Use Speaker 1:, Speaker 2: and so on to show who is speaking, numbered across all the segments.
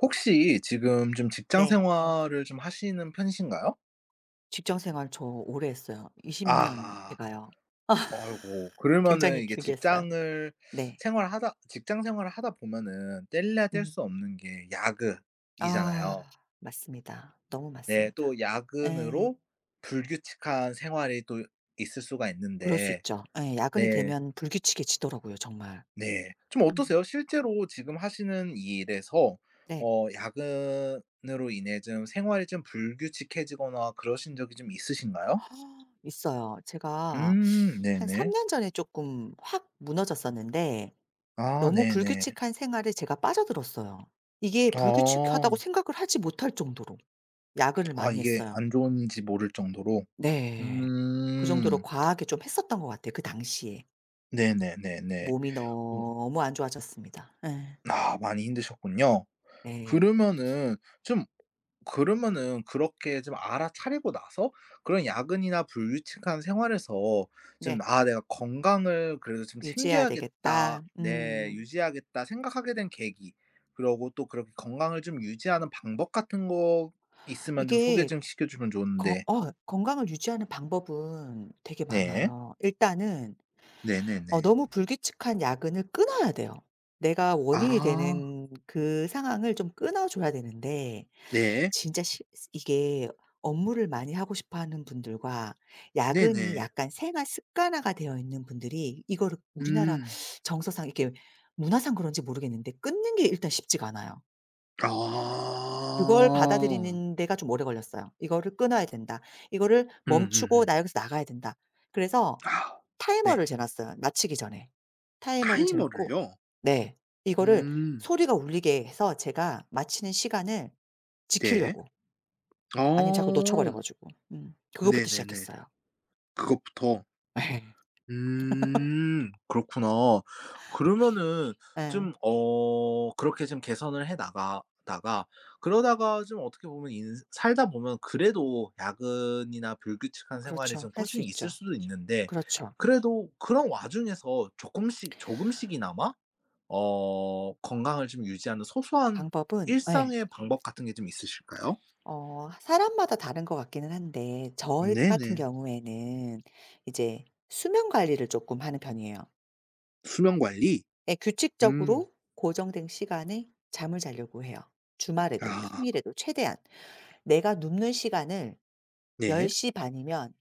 Speaker 1: 혹시 지금 좀 직장
Speaker 2: 네.
Speaker 1: 생활을 좀 하시는 편이신가요?
Speaker 2: 직장 생활 저 오래 했어요. 20년 돼
Speaker 1: 아.
Speaker 2: 가요.
Speaker 1: 아이고. 그러면은
Speaker 2: 굉장히
Speaker 1: 이게
Speaker 2: 길게 했어요. 네.
Speaker 1: 직장 생활을 하다 보면은 떼려야 뗄
Speaker 2: 음.
Speaker 1: 수 없는 게
Speaker 2: 아
Speaker 1: 야근이잖아요.
Speaker 2: 맞습니다. 너무
Speaker 1: 네.
Speaker 2: 맞습니다.
Speaker 1: 또
Speaker 2: 예.
Speaker 1: 야근으로 불규칙한 생활이 또 있을 수가
Speaker 2: 그럴 수
Speaker 1: 있는데
Speaker 2: 있죠. 예. 야근이
Speaker 1: 네.
Speaker 2: 되면 불규칙해지더라고요, 정말.
Speaker 1: 네. 좀
Speaker 2: 음.
Speaker 1: 어떠세요? 실제로 지금 하시는 이 일에서
Speaker 2: 네.
Speaker 1: 야근으로 인해 좀 생활이 좀 불규칙해지거나 그러신 적이 좀 있으신가요?
Speaker 2: 있어요. 제가 한 3
Speaker 1: 네네.
Speaker 2: 년 전에 조금 확 무너졌었는데
Speaker 1: 아
Speaker 2: 너무
Speaker 1: 네네.
Speaker 2: 불규칙한 생활에 제가 빠져들었어요. 이게
Speaker 1: 아.
Speaker 2: 불규칙하다고 생각을 하지 못할 정도로 야근을
Speaker 1: 아
Speaker 2: 많이
Speaker 1: 이게
Speaker 2: 했어요.
Speaker 1: 안 좋은지 모를 정도로.
Speaker 2: 네. 그 정도로
Speaker 1: 음.
Speaker 2: 과하게 좀 했었던 것 같아요, 그 당시에.
Speaker 1: 네네네네.
Speaker 2: 몸이
Speaker 1: 그
Speaker 2: 너무 안 좋아졌습니다. 예.
Speaker 1: 아 많이 힘드셨군요.
Speaker 2: 네.
Speaker 1: 그러면은 좀 그러면은 그렇게 좀 알아차리고 나서 그런 야근이나 불규칙한 생활에서 좀
Speaker 2: 네.
Speaker 1: '아 내가 건강을 그래도 좀
Speaker 2: '유지해야
Speaker 1: 챙겨야겠다.
Speaker 2: 되겠다.'
Speaker 1: 네
Speaker 2: 음.
Speaker 1: 유지하겠다.' 생각하게 된 계기 그러고 또 그렇게 건강을 좀 유지하는 방법 같은 거 있으면 좀 소개
Speaker 2: 이게
Speaker 1: 좀 시켜 주면
Speaker 2: 거
Speaker 1: 좋은데.
Speaker 2: 어 건강을 유지하는 방법은 되게
Speaker 1: 네.
Speaker 2: 많아요. 일단은
Speaker 1: 네네네.
Speaker 2: 너무 불규칙한 야근을 끊어야 돼요. 내가 원인이
Speaker 1: 아
Speaker 2: 되는 그 상황을 좀 끊어 줘야 되는데
Speaker 1: 네.
Speaker 2: 진짜 시 이게 업무를 많이 하고 싶어 하는 분들과 야근이
Speaker 1: 네네.
Speaker 2: 약간 생활 습관화가 되어 있는 분들이 이거를 우리나라
Speaker 1: 음.
Speaker 2: 정서상 이렇게 문화상 그런지 모르겠는데 끊는 게 일단 쉽지가 않아요. 그걸
Speaker 1: 아.
Speaker 2: 받아들이는 데가 좀 오래 걸렸어요. '이거를 끊어야 된다. 이거를 멈추고
Speaker 1: 음음음.
Speaker 2: 나 여기서 나가야 된다.' 그래서
Speaker 1: 아. 네.
Speaker 2: 타이머를 재 놨어요, 마치기 전에. 타이머를 재 놓고
Speaker 1: 타이머를요?
Speaker 2: 네. 이거를
Speaker 1: 음.
Speaker 2: 소리가 울리게 해서 제가 마치는 시간을
Speaker 1: 네.
Speaker 2: 지키려고. 아니면 자꾸 놓쳐 버려
Speaker 1: 어.
Speaker 2: 가지고. 음. 그거부터
Speaker 1: 네네네.
Speaker 2: 시작했어요.
Speaker 1: 그것부터.
Speaker 2: 예.
Speaker 1: 음. 그렇구나. 그러면은
Speaker 2: 예.
Speaker 1: 좀 그렇게 좀 개선을 해 나가다가 그러다가 좀 어떻게 보면 인 살다 보면 그래도 야근이나 불규칙한 생활이
Speaker 2: 그렇죠.
Speaker 1: 좀
Speaker 2: 할 수
Speaker 1: 꾸준히 있을
Speaker 2: 있죠.
Speaker 1: 수도 있는데
Speaker 2: 그렇죠.
Speaker 1: 그래도 그런 와중에서 조금씩 조금씩이나마 건강을 좀 유지하는 소소한
Speaker 2: 방법은 예.
Speaker 1: 일상의 방법 같은 게 좀 있으실까요?
Speaker 2: 사람마다 다른 것 같기는 한데 저 같은
Speaker 1: 네네.
Speaker 2: 경우에는 이제 수면 관리를 조금 하는 편이에요.
Speaker 1: 수면 관리?
Speaker 2: 예,
Speaker 1: 음.
Speaker 2: 규칙적으로 고정된 시간에 잠을 자려고 해요. 주말에도
Speaker 1: 아
Speaker 2: 평일에도 최대한. 내가 눕는 시간을 1
Speaker 1: 네.
Speaker 2: 0반 이면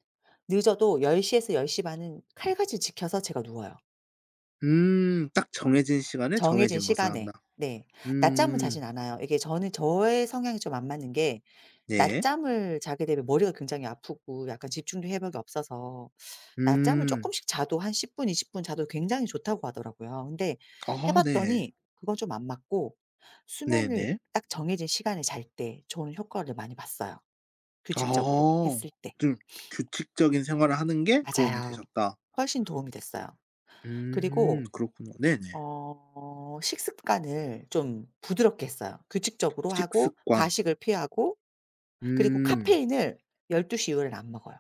Speaker 2: 늦어도 1 0 에서 1 0반은 칼같이 지켜서 제가 누워요.
Speaker 1: 딱 정해진 시간에
Speaker 2: 정해진
Speaker 1: 정해진 것을 한다.
Speaker 2: 시간에. 네. 낮잠은
Speaker 1: 음
Speaker 2: 자진 않아요. 이게 저는 저의 성향이 좀 안 맞는 게
Speaker 1: 네.
Speaker 2: 낮잠을 자게 되면 머리가 굉장히 아프고 약간 집중도 회복이 없어서 낮잠을 조
Speaker 1: 음.
Speaker 2: 금씩 자도 한 10 분, 20분 자도 굉장히 좋다고 하더라고요. 근데 해
Speaker 1: 아 네.
Speaker 2: 봤더니 그건 좀 안 맞고 수면을
Speaker 1: 네네.
Speaker 2: 딱 정해진 시간에 잘 때 좋은 효과를 많이 봤어요.
Speaker 1: 아
Speaker 2: 규칙적으로 했을 때.
Speaker 1: 좀 규칙적인 생활을 하는 게 도움이
Speaker 2: 맞아요.
Speaker 1: 되셨다.
Speaker 2: 훨씬 도움이 됐어요. 그리고
Speaker 1: 그렇군요. 네네.
Speaker 2: 식습관을 좀 부드럽게 했어요. 규칙적으로 하고
Speaker 1: 식습관.
Speaker 2: 과식을 피하고 그리고
Speaker 1: 음.
Speaker 2: 카페인을 12 이후에는 안 먹어요.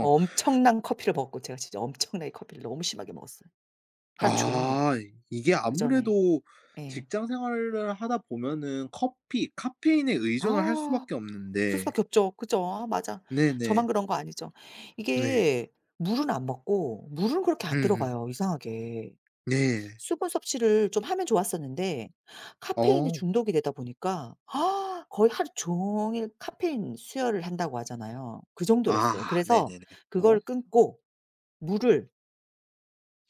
Speaker 2: 엄청난 커피를 먹었고 제가 진짜 엄청나게 커피를 너무 심하게 먹었어요. 하루 종일
Speaker 1: 아 이게
Speaker 2: 그전에.
Speaker 1: 아무래도
Speaker 2: 예.
Speaker 1: 직장 생활을 하다 보면은 커피 카페인에 의존을 할
Speaker 2: 아
Speaker 1: 수밖에
Speaker 2: 그럴
Speaker 1: 없는데
Speaker 2: 수밖에 없죠. 그죠. 아 맞아.
Speaker 1: 네네.
Speaker 2: 저만 그런 거 아니죠.
Speaker 1: 네.
Speaker 2: 이게 물은 안 먹고 물은 그렇게 안
Speaker 1: 음음.
Speaker 2: 들어가요 이상하게.
Speaker 1: 네.
Speaker 2: 수분 섭취를 좀 하면 좋았었는데 카페인에
Speaker 1: 어.
Speaker 2: 중독이 되다 보니까 아, 거의 하루 종일 카페인 수혈을 한다고 하잖아요. 그 정도였어요.
Speaker 1: 아
Speaker 2: 그래서
Speaker 1: 네네네. 어
Speaker 2: 그걸 끊고 물을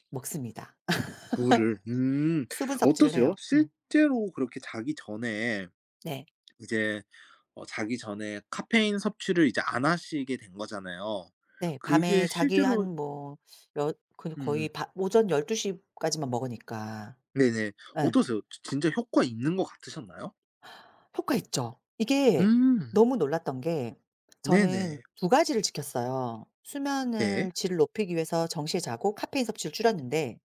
Speaker 2: 먹습니다.
Speaker 1: 물을
Speaker 2: 수분 섭취를 해요.
Speaker 1: 어떠세요?
Speaker 2: 음.
Speaker 1: 실제로 그렇게 자기 전에
Speaker 2: 네.
Speaker 1: 이제 자기 전에 카페인 섭취를 이제 안 하시게 된 거잖아요.
Speaker 2: 네.
Speaker 1: 그게
Speaker 2: 밤에 자기
Speaker 1: 실제로
Speaker 2: 한 뭐 여 그
Speaker 1: 음음.
Speaker 2: 거의 바 오전 1 2시 까지만 먹으니까.
Speaker 1: 네네.
Speaker 2: 예.
Speaker 1: 어떠세요? 지 진짜 효과 있는 것 같으셨나요?
Speaker 2: 효과 있죠. 이게
Speaker 1: 음.
Speaker 2: 너무 놀랐던 게 저는
Speaker 1: 네네.
Speaker 2: 두 가지를 지켰어요.
Speaker 1: 네.
Speaker 2: 수면을 질을 높이기 위해서 정시에 자고 카페인 섭취를 줄였는데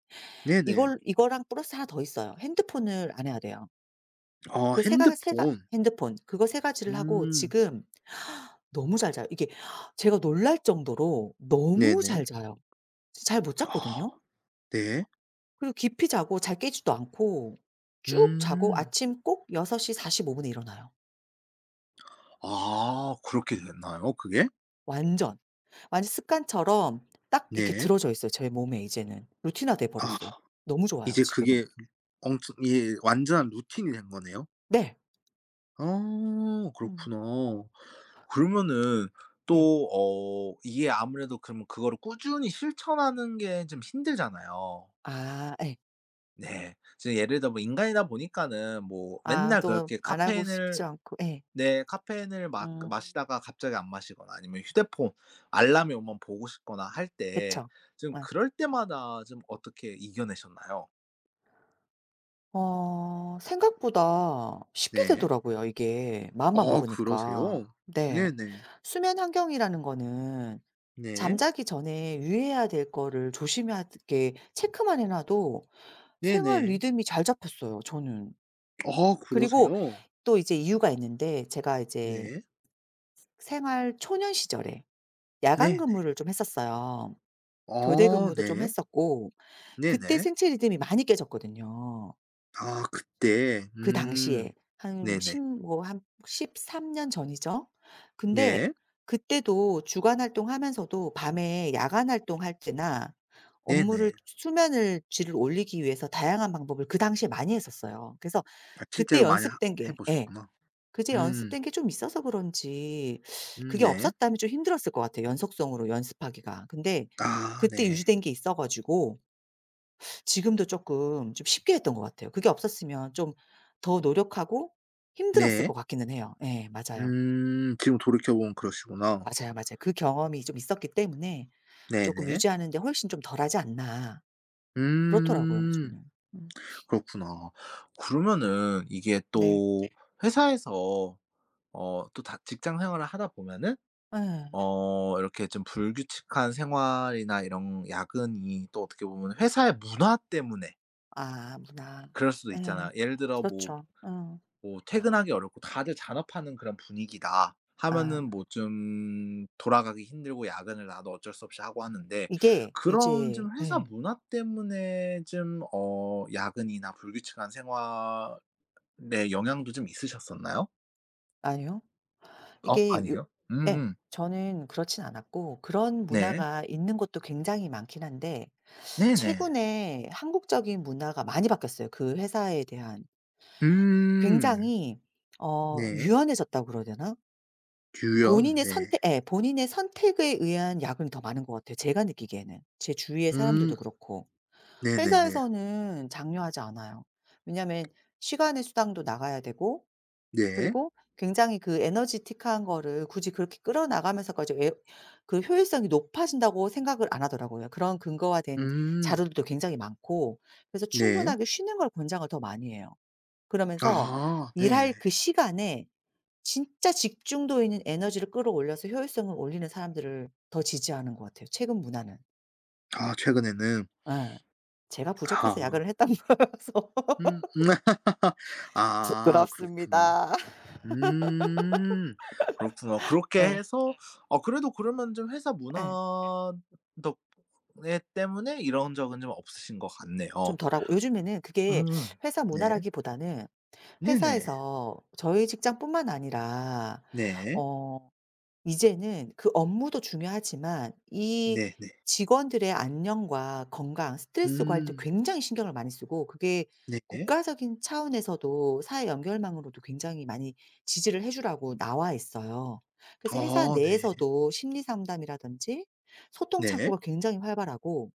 Speaker 1: 네네.
Speaker 2: 이걸 이거랑 플러스 하나 더 있어요. 핸드폰을 안 해야 돼요.
Speaker 1: 어
Speaker 2: 그 3가세 가
Speaker 1: 핸드폰.
Speaker 2: 핸드폰 그거 3 가지를 하고
Speaker 1: 음.
Speaker 2: 지금 너무 잘 자요. 이게 제가 놀랄 정도로 너무
Speaker 1: 네네.
Speaker 2: 잘 자요. 잘 못
Speaker 1: 아
Speaker 2: 잤거든요.
Speaker 1: 네.
Speaker 2: 그리고 깊이 자고 잘 깨지도 않고 쭉 자고
Speaker 1: 음.
Speaker 2: 아침 꼭 6:45 분에 일어나요.
Speaker 1: 아 그렇게 됐나요 그게?
Speaker 2: 완전. 완전 습관처럼 딱 이렇게
Speaker 1: 네.
Speaker 2: 들어져 있어요 제 몸에 이제는. 루틴화 돼
Speaker 1: 아.
Speaker 2: 버렸어요. 너무 좋아요
Speaker 1: 이제
Speaker 2: 지금은.
Speaker 1: 그게 엄청 이게 완전한 루틴이 된 거네요?
Speaker 2: 네.
Speaker 1: 아
Speaker 2: 음.
Speaker 1: 그렇구나. 그러면은 또
Speaker 2: 네.
Speaker 1: 이게 아무래도 그러면 그거를 꾸준히 실천하는 게 좀 힘들잖아요.
Speaker 2: 아 예.
Speaker 1: 네. 지금 예를 들어 뭐 인간이다 보니까는 뭐
Speaker 2: 아
Speaker 1: 맨날
Speaker 2: 또
Speaker 1: 그렇게
Speaker 2: 안 하고 싶지
Speaker 1: 카페인을
Speaker 2: 않고 예.
Speaker 1: 네 카페인을 막
Speaker 2: 음.
Speaker 1: 마시다가 갑자기 안 마시거나 아니면 휴대폰 알람이 오면 보고 싶거나 할 때
Speaker 2: 그쵸.
Speaker 1: 좀
Speaker 2: 예.
Speaker 1: 그럴 때마다 좀 어떻게 이겨내셨나요?
Speaker 2: 생각보다 쉽게
Speaker 1: 네.
Speaker 2: 되더라고요 이게 마음만
Speaker 1: 아
Speaker 2: 먹으니까.
Speaker 1: 그러세요?
Speaker 2: 네.
Speaker 1: 네네.
Speaker 2: 수면 환경이라는 거는
Speaker 1: 네.
Speaker 2: 잠자기 전에 유의해야 될 거를 조심하게 체크만 해 놔도 생활
Speaker 1: 네네.
Speaker 2: 리듬이 잘 잡혔어요 저는.
Speaker 1: 아
Speaker 2: 그리고
Speaker 1: 그러세요?
Speaker 2: 또 이제 이유가 있는데 제가 이제
Speaker 1: 네.
Speaker 2: 생활 초년 시절에 야간
Speaker 1: 네네.
Speaker 2: 근무를 좀 했었어요. 교대
Speaker 1: 아
Speaker 2: 근무도 좀
Speaker 1: 네.
Speaker 2: 했었고 그때
Speaker 1: 네네.
Speaker 2: 생체 리듬이 많이 깨졌거든요.
Speaker 1: 아 그때
Speaker 2: 그 당시에 한 십
Speaker 1: 네네.
Speaker 2: 뭐 한 13년 전이죠. 근데
Speaker 1: 네.
Speaker 2: 그때도 주간 활동하면서도 밤에 야간 활동할 때나
Speaker 1: 네네.
Speaker 2: 업무를 수면을 질을 올리기 위해서 다양한 방법을 그 당시에 많이 했었어요. 그래서
Speaker 1: 아
Speaker 2: 그때
Speaker 1: 실제로 많이 하
Speaker 2: 연습된
Speaker 1: 해
Speaker 2: 게 예.
Speaker 1: 보셨구나.
Speaker 2: 그제
Speaker 1: 음.
Speaker 2: 연습된 게 좀 있어서 그런지 그게
Speaker 1: 네.
Speaker 2: 없었다면 좀 힘들었을 것 같아요 연속성으로 연습하기가. 근데
Speaker 1: 아
Speaker 2: 그때
Speaker 1: 네.
Speaker 2: 유지된 게 있어 가지고 지금도 쪼끔 좀 쉽게 했던 것 같아요. 그게 없었으면 좀 더 노력하고 힘들었을
Speaker 1: 네.
Speaker 2: 것 같기는 해요. 예 맞아요.
Speaker 1: 지금 돌이켜 보면 그러시구나.
Speaker 2: 맞아요, 맞아요. 그 경험이 좀 있었기 때문에 쪼끔
Speaker 1: 네네.
Speaker 2: 유지하는 데 훨씬 좀 덜하지 않나 그렇더라고요
Speaker 1: 음.
Speaker 2: 저는. 음
Speaker 1: 그렇구나. 그러면은 이게
Speaker 2: 네.
Speaker 1: 또 회사에서 또 다 직장 생활을 하다 보면은
Speaker 2: 예.
Speaker 1: 이렇게 좀 불규칙한 생활이나 이런 야근이 또 어떻게 보면 회사의 문화 때문에
Speaker 2: 아 문화.
Speaker 1: 그럴 수도
Speaker 2: 예.
Speaker 1: 있잖아요. 예를 들어 뭐
Speaker 2: 그렇죠. 어.
Speaker 1: 뭐 퇴근하기 어렵고 다들 잔업하는 그런 분위기다
Speaker 2: 아
Speaker 1: 하면은 뭐 좀 돌아가기 힘들고 야근을 나도 어쩔 수 없이 하고 하는데
Speaker 2: 이게
Speaker 1: 그런
Speaker 2: 이제
Speaker 1: 좀 회사
Speaker 2: 예.
Speaker 1: 문화 때문에 좀 야근이나 불규칙한 생활에 영향도 좀 있으셨었나요?
Speaker 2: 아니요. 이게 요
Speaker 1: 아니에요?
Speaker 2: 예.
Speaker 1: 음음.
Speaker 2: 저는 그렇진 않았고 그런
Speaker 1: 네.
Speaker 2: 문화가 있는 곳도 굉장히 많긴 한데
Speaker 1: 네네.
Speaker 2: 최근에 한국적인 문화가 많이 바뀌었어요 그 회사에 대한.
Speaker 1: 음.
Speaker 2: 굉장히
Speaker 1: 네.
Speaker 2: 유연해졌다고 그래야 되나?
Speaker 1: 유염.
Speaker 2: 본인의
Speaker 1: 네.
Speaker 2: 선택 예 본인의 선택에 의한 야근이 더 많은 것 같아요 제가 느끼기에는. 제 주위의
Speaker 1: 음.
Speaker 2: 사람들도 그렇고.
Speaker 1: 네네네.
Speaker 2: 회사에서는 장려하지 않아요. 왜냐하면 시간의 수당도 나가야 되고
Speaker 1: 네.
Speaker 2: 그리고 굉장히 그 에너지틱한 거를 굳이 그렇게 끌어나가면서까지 그 효율성이 높아진다고 생각을 안 하더라고요. 그런 근거화 된
Speaker 1: 음.
Speaker 2: 자료들도 굉장히 많고 그래서
Speaker 1: 네.
Speaker 2: 충분하게 쉬는 걸 권장을 더 많이 해요. 그러면서
Speaker 1: 아 네.
Speaker 2: 일할 그 시간에 진짜 집중도 있는 에너지를 끌어올려서 효율성을 올리는 사람들을 더 지지하는 것 같아요, 최근 문화는.
Speaker 1: 아 최근에는.
Speaker 2: 예. 제가 부족해서
Speaker 1: 아.
Speaker 2: 야근을 했던 거여서
Speaker 1: 음. 음. 아 그렇구나.
Speaker 2: 부끄럽습니다.
Speaker 1: 음. 그렇구나. 그렇게
Speaker 2: 예.
Speaker 1: 해서 그래도 그러면 좀 회사 문화
Speaker 2: 예.
Speaker 1: 덕에 때문에 이런 적은 좀 없으신 것 같네요.
Speaker 2: 좀 덜하고 요즘에는 그게
Speaker 1: 음.
Speaker 2: 회사
Speaker 1: 네.
Speaker 2: 문화라기보다는
Speaker 1: 네 네.
Speaker 2: 회사에서 저희 직장뿐만 아니라
Speaker 1: 네.
Speaker 2: 어 이제는 그 업무도 중요하지만 이
Speaker 1: 네 네.
Speaker 2: 직원들의 안녕과 건강, 스트레스 관리도
Speaker 1: 음.
Speaker 2: 굉장히 신경을 많이 쓰고 그게
Speaker 1: 네.
Speaker 2: 국가적인 차원에서도 사회 연결망으로도 굉장히 많이 지지를 해 주라고 나와 있어요. 그래서 회사
Speaker 1: 아 네.
Speaker 2: 내에서도 심리 상담이라든지 소통
Speaker 1: 네.
Speaker 2: 창구가 굉장히 활발하고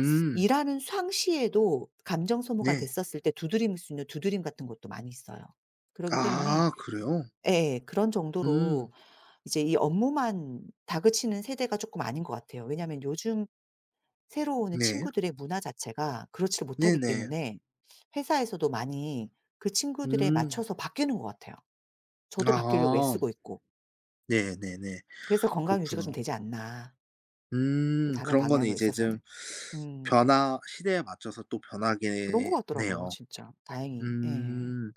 Speaker 2: 스 일하는 상시에도 감정 소모가
Speaker 1: 네.
Speaker 2: 됐었을 때 두드림 수 있는 두드림 같은 것도 많이 있어요. 그러기 때문에
Speaker 1: 아 그래요?
Speaker 2: 예 그런 정도로
Speaker 1: 음.
Speaker 2: 이제 이 업무만 다그치는 세대가 조금 아닌 것 같아요. 왜냐하면 요즘 새로 오는
Speaker 1: 네.
Speaker 2: 친구들의 문화 자체가 그렇지를 못하기
Speaker 1: 네네.
Speaker 2: 때문에 회사에서도 많이 그 친구들에
Speaker 1: 음.
Speaker 2: 맞춰서 바뀌는 것 같아요. 저도 바뀌려고
Speaker 1: 아.
Speaker 2: 애쓰고 있고.
Speaker 1: 네네네.
Speaker 2: 그래서 '건강 유지가 좀
Speaker 1: 그렇구나.
Speaker 2: 되지 않나.' 또
Speaker 1: 음.
Speaker 2: 다른
Speaker 1: 그런 거는
Speaker 2: 방향에
Speaker 1: 이제 좀
Speaker 2: 있어서는. 음
Speaker 1: 변화 시대에 맞춰서 또
Speaker 2: 그런 것 같더라고요
Speaker 1: 변하겠네요.
Speaker 2: 진짜 다행히. 예.
Speaker 1: 음.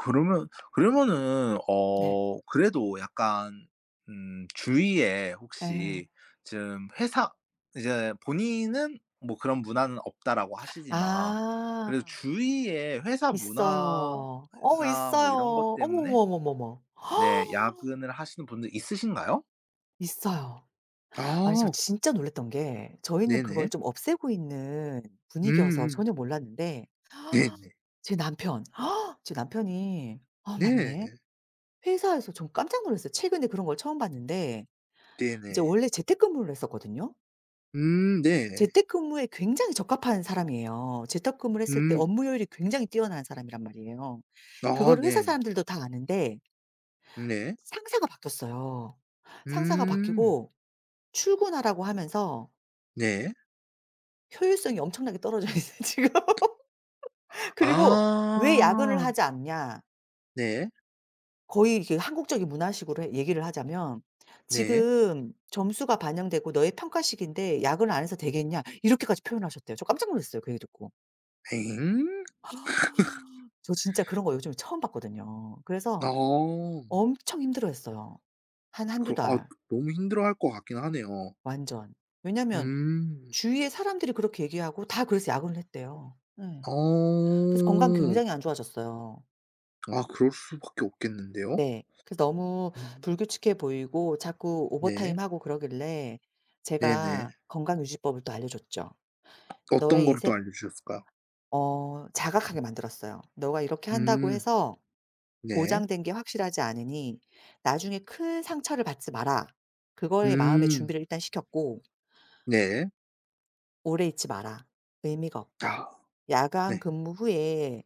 Speaker 1: 그러면 그러면은
Speaker 2: 네.
Speaker 1: 그래도 약간 주위에
Speaker 2: 예.
Speaker 1: 혹시 지금 회사 이제 본인은 뭐 "그런 문화는 없다."라고 하시지만
Speaker 2: 아
Speaker 1: 그래도 주위에 회사
Speaker 2: 있어요.
Speaker 1: 문화나 뭐
Speaker 2: 있어요.
Speaker 1: 이런 것
Speaker 2: 어머,
Speaker 1: 때문에
Speaker 2: 머머머머
Speaker 1: 네 야근을 하시는 분들 있으신가요?
Speaker 2: 있어요. 아니 저
Speaker 1: 아
Speaker 2: 진짜 놀랐던 게 저희는 그걸
Speaker 1: 네네.
Speaker 2: 좀 없애고 있는 분위기여서
Speaker 1: 음음.
Speaker 2: 전혀 몰랐는데
Speaker 1: 네네.
Speaker 2: 제 남편 제 남편이 아
Speaker 1: 네.
Speaker 2: 맞네. 회사에서 전 깜짝 놀랐어요. 최근에 그런 걸 처음 봤는데 이제
Speaker 1: 네네.
Speaker 2: 원래 재택근무를 했었거든요.
Speaker 1: 네.
Speaker 2: 재택근무에 굉장히 적합한 사람이에요. 재택근무를 했을 때
Speaker 1: 음.
Speaker 2: 업무 효율이 굉장히 뛰어난 사람이란 말이에요.
Speaker 1: 아
Speaker 2: 그거를 회사
Speaker 1: 네.
Speaker 2: 사람들도 다 아는데
Speaker 1: 네.
Speaker 2: 상사가 바뀌었어요. 상사가
Speaker 1: 음.
Speaker 2: 바뀌고 출근하라고 하면서
Speaker 1: 네.
Speaker 2: 효율성이 엄청나게 떨어져 있어요 지금. 그리고 "왜 야근을
Speaker 1: 아.
Speaker 2: 하지 않냐."
Speaker 1: 네.
Speaker 2: 거의 이게 한국적인 문화식으로 해 얘기를 하자면
Speaker 1: 네.
Speaker 2: "지금 점수가 반영되고 너의 평가식인데 야근을 안 해서 되겠냐." 이렇게까지 표현하셨대요. 저 깜짝 놀랐어요 그 얘기 듣고.
Speaker 1: 엥?
Speaker 2: 저 진짜 그런 거 요즘에 처음 봤거든요. 그래서
Speaker 1: 어.
Speaker 2: 엄청 힘들어했어요. 한 한두
Speaker 1: 아
Speaker 2: 달
Speaker 1: 너무 힘들어할 것 같긴 하네요.
Speaker 2: 완전. 왜냐면
Speaker 1: 음.
Speaker 2: 주위에 사람들이 그렇게 얘기하고 다 그래서 야근을 했대요. 네. 그래서 건강
Speaker 1: 어.
Speaker 2: 굉장히 안 좋아졌어요.
Speaker 1: 아 그럴 수밖에 없겠는데요.
Speaker 2: 네. 그래서 너무
Speaker 1: 음.
Speaker 2: 불규칙해 보이고 자꾸
Speaker 1: 네.
Speaker 2: 오버타임하고 그러길래
Speaker 1: 네네.
Speaker 2: 제가 건강 유지법을 또 알려줬죠.
Speaker 1: 어떤
Speaker 2: 너의
Speaker 1: 거를 또
Speaker 2: 인생
Speaker 1: 알려주셨을까요?
Speaker 2: 자각하게 만들었어요. "너가 이렇게 한다고
Speaker 1: 음.
Speaker 2: 해서
Speaker 1: 네.
Speaker 2: 보장된 게 확실하지 않으니 나중에 큰 상처를 받지 마라. 그거의 마음의
Speaker 1: 음.
Speaker 2: 준비를 일단 시켰고
Speaker 1: 네.
Speaker 2: 오래 있지 마라. 의미가 없다.
Speaker 1: 아
Speaker 2: 야간
Speaker 1: 네.
Speaker 2: 근무 후에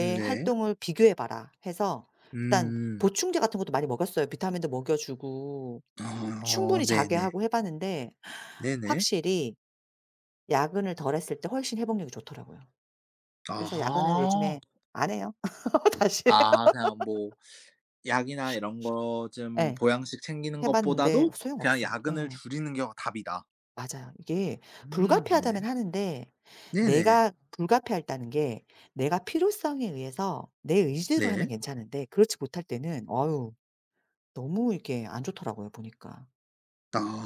Speaker 1: 네.
Speaker 2: 활동을 비교해 봐라 해서 일단
Speaker 1: 음음.
Speaker 2: 보충제 같은 것도 많이 먹였어요. 비타민도 먹여 주고
Speaker 1: 아 어,
Speaker 2: 충분히 자게
Speaker 1: 네네.
Speaker 2: 하고 해 봤는데
Speaker 1: 네네.
Speaker 2: 확실히 야근을 덜 했을 때 훨씬 회복력이 좋더라고요. 그래서 야근을
Speaker 1: 아.
Speaker 2: 요즘에 안 해요. 다시.
Speaker 1: 아 그냥 뭐 약이나 이런 거 좀
Speaker 2: 예.
Speaker 1: 보양식 챙기는
Speaker 2: 해 봤는데
Speaker 1: 것보다도 그냥
Speaker 2: 소용없어.
Speaker 1: 야근을
Speaker 2: 응.
Speaker 1: 줄이는 게 답이다.
Speaker 2: 맞아요. 이게 불가피하다면
Speaker 1: 네.
Speaker 2: 하는데
Speaker 1: 네네.
Speaker 2: 내가 불가피하다는 게 내가 필요성에 의해서 내 의지로
Speaker 1: 네.
Speaker 2: 하면 괜찮은데 그렇지 못할 때는 어유 너무 이게 안 좋더라고요 보니까.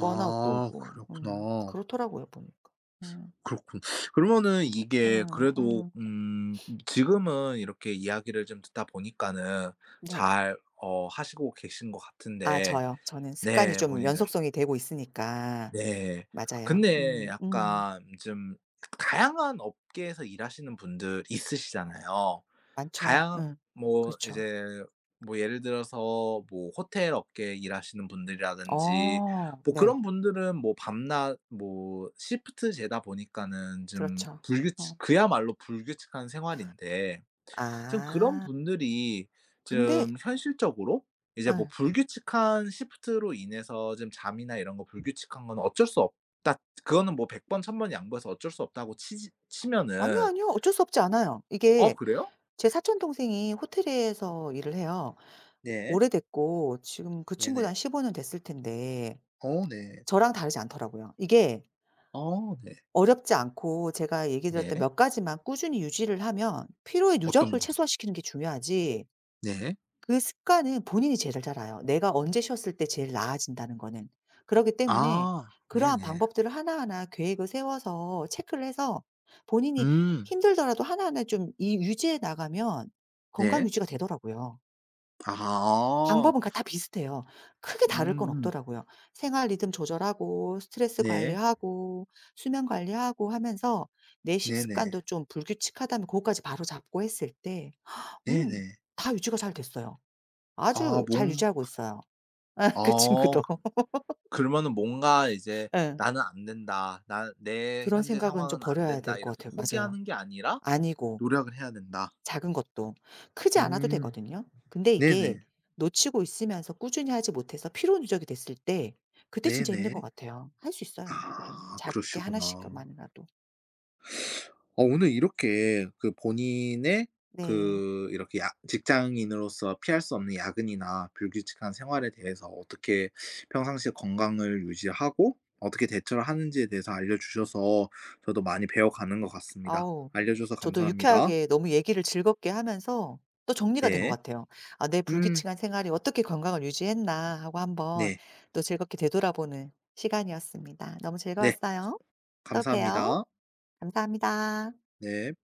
Speaker 2: 번아웃도 오고.
Speaker 1: 그렇구나.
Speaker 2: 그렇더라고요 보니까. 음.
Speaker 1: 그렇군. 그러면은 이게
Speaker 2: 음
Speaker 1: 그래도
Speaker 2: 음.
Speaker 1: 지금은 이렇게 이야기를 좀 듣다 보니까는
Speaker 2: 네.
Speaker 1: 잘 하시고 계신 것
Speaker 2: 아
Speaker 1: 같은데
Speaker 2: 저요. 저는 습관이
Speaker 1: 네
Speaker 2: 좀
Speaker 1: 본인은
Speaker 2: 연속성이 되고 있으니까.
Speaker 1: 네.
Speaker 2: 맞아요.
Speaker 1: 근데 약간 좀 다양한 업계에서 일하시는 분들 있으시잖아요.
Speaker 2: 많죠.
Speaker 1: 다양
Speaker 2: 음.
Speaker 1: 뭐
Speaker 2: 그렇죠.
Speaker 1: 이제 뭐 예를 들어서 뭐 호텔 업계에 일하시는 분들이라든지
Speaker 2: 어
Speaker 1: 뭐
Speaker 2: 네.
Speaker 1: 그런 분들은 뭐 밤낮 뭐 시프트 제다 보니까는 좀
Speaker 2: 그렇죠. 어.
Speaker 1: 불규칙 그야말로 불규칙한 생활인데 좀 그런
Speaker 2: 아
Speaker 1: 분들이
Speaker 2: 근데
Speaker 1: 좀 현실적으로 이제 뭐
Speaker 2: 예.
Speaker 1: 불규칙한 시프트로 인해서 지금 잠이나 이런 거 불규칙한 건 어쩔 수 없다. 그거는 뭐 백번 천번 양보해서 어쩔 수 없다고 치
Speaker 2: 아니요,
Speaker 1: 치면은
Speaker 2: 아니요. 어쩔 수 없지 않아요.
Speaker 1: 어
Speaker 2: 이게
Speaker 1: 그래요?
Speaker 2: 제 사촌 동생이 호텔에서 일을 해요.
Speaker 1: 네.
Speaker 2: 오래됐고 지금 그 친구도
Speaker 1: 네네.
Speaker 2: 한 15년 됐을 텐데
Speaker 1: 어, 네.
Speaker 2: 저랑 다르지 않더라고요. 이게
Speaker 1: 어, 네.
Speaker 2: 어렵지 않고 제가 얘기
Speaker 1: 네.
Speaker 2: 드렸던 몇 가지만 꾸준히 유지를 하면 피로의
Speaker 1: 어떤
Speaker 2: 누적을
Speaker 1: 거죠?
Speaker 2: 최소화시키는 게 중요하지
Speaker 1: 네.
Speaker 2: 그 습관은 본인이 제일 잘 알아요. 내가 언제 쉬었을 때 제일 나아진다는 거는. 그러기 때문에
Speaker 1: 아,
Speaker 2: 그러한
Speaker 1: 네네.
Speaker 2: 방법들을 하나하나 계획을 세워서 체크를 해서 본인이
Speaker 1: 음,
Speaker 2: 힘들더라도 하나하나 좀 이 유지해 나가면 건강
Speaker 1: 네.
Speaker 2: 유지가 되더라고요.
Speaker 1: 아,
Speaker 2: 방법은 가 다 비슷해요. 크게 다를 건
Speaker 1: 음.
Speaker 2: 없더라고요. 생활 리듬 조절하고 스트레스
Speaker 1: 네.
Speaker 2: 관리하고 수면 관리하고 하면서 내
Speaker 1: 네네.
Speaker 2: 식습관도 좀 불규칙하다면 그거까지 바로잡고 했을 때 음
Speaker 1: 네네.
Speaker 2: 다 유지가 잘 됐어요.
Speaker 1: 아,
Speaker 2: 아주 잘 유지하고 있어요.
Speaker 1: 아,
Speaker 2: 그 친구도.
Speaker 1: 그러면은 뭔가 이제
Speaker 2: 예.
Speaker 1: '나는 안 된다. 나 내
Speaker 2: 그런
Speaker 1: 현재
Speaker 2: 생각은 좀
Speaker 1: 상황은 안
Speaker 2: 버려야 될
Speaker 1: 된다.'
Speaker 2: 것
Speaker 1: 이렇게
Speaker 2: 같아요. 맞아요.
Speaker 1: 포기하는 게 아니라
Speaker 2: 아니고
Speaker 1: 노력을 해야 된다.
Speaker 2: 작은 것도. 크지 않아도
Speaker 1: 음.
Speaker 2: 되거든요. 근데 이게
Speaker 1: 네네.
Speaker 2: 놓치고 있으면서 꾸준히 하지 못해서 피로 누적이 됐을 때 그때 진짜 힘든 것
Speaker 1: 네네.
Speaker 2: 같아요. 할 수 있어요 누구든.
Speaker 1: 아
Speaker 2: 작게
Speaker 1: 그러시구나.
Speaker 2: 하나씩만이라도.
Speaker 1: 오늘 이렇게 그 본인의
Speaker 2: 네.
Speaker 1: 그 이렇게 야 직장인으로서 피할 수 없는 야근이나 불규칙한 생활에 대해서 어떻게 평상시에 건강을 유지하고 어떻게 대처를 하는지에 대해서 알려 주셔서 저도 많이 배워가는 것 같습니다.
Speaker 2: 아우
Speaker 1: 알려 줘서
Speaker 2: 저도
Speaker 1: 감사합니다.
Speaker 2: 유쾌하게 너무 얘기를 즐겁게 하면서 또 정리가 된 것
Speaker 1: 예.
Speaker 2: 같아요. '아 내
Speaker 1: 음.
Speaker 2: 불규칙한 생활이 어떻게 건강을 유지했나.' 하고 한번
Speaker 1: 네.
Speaker 2: 또 즐겁게 되돌아보는 시간이었습니다. 너무
Speaker 1: 네.
Speaker 2: 즐거웠어요. 또 봬요.
Speaker 1: 감사합니다.
Speaker 2: 감사합니다.
Speaker 1: 네.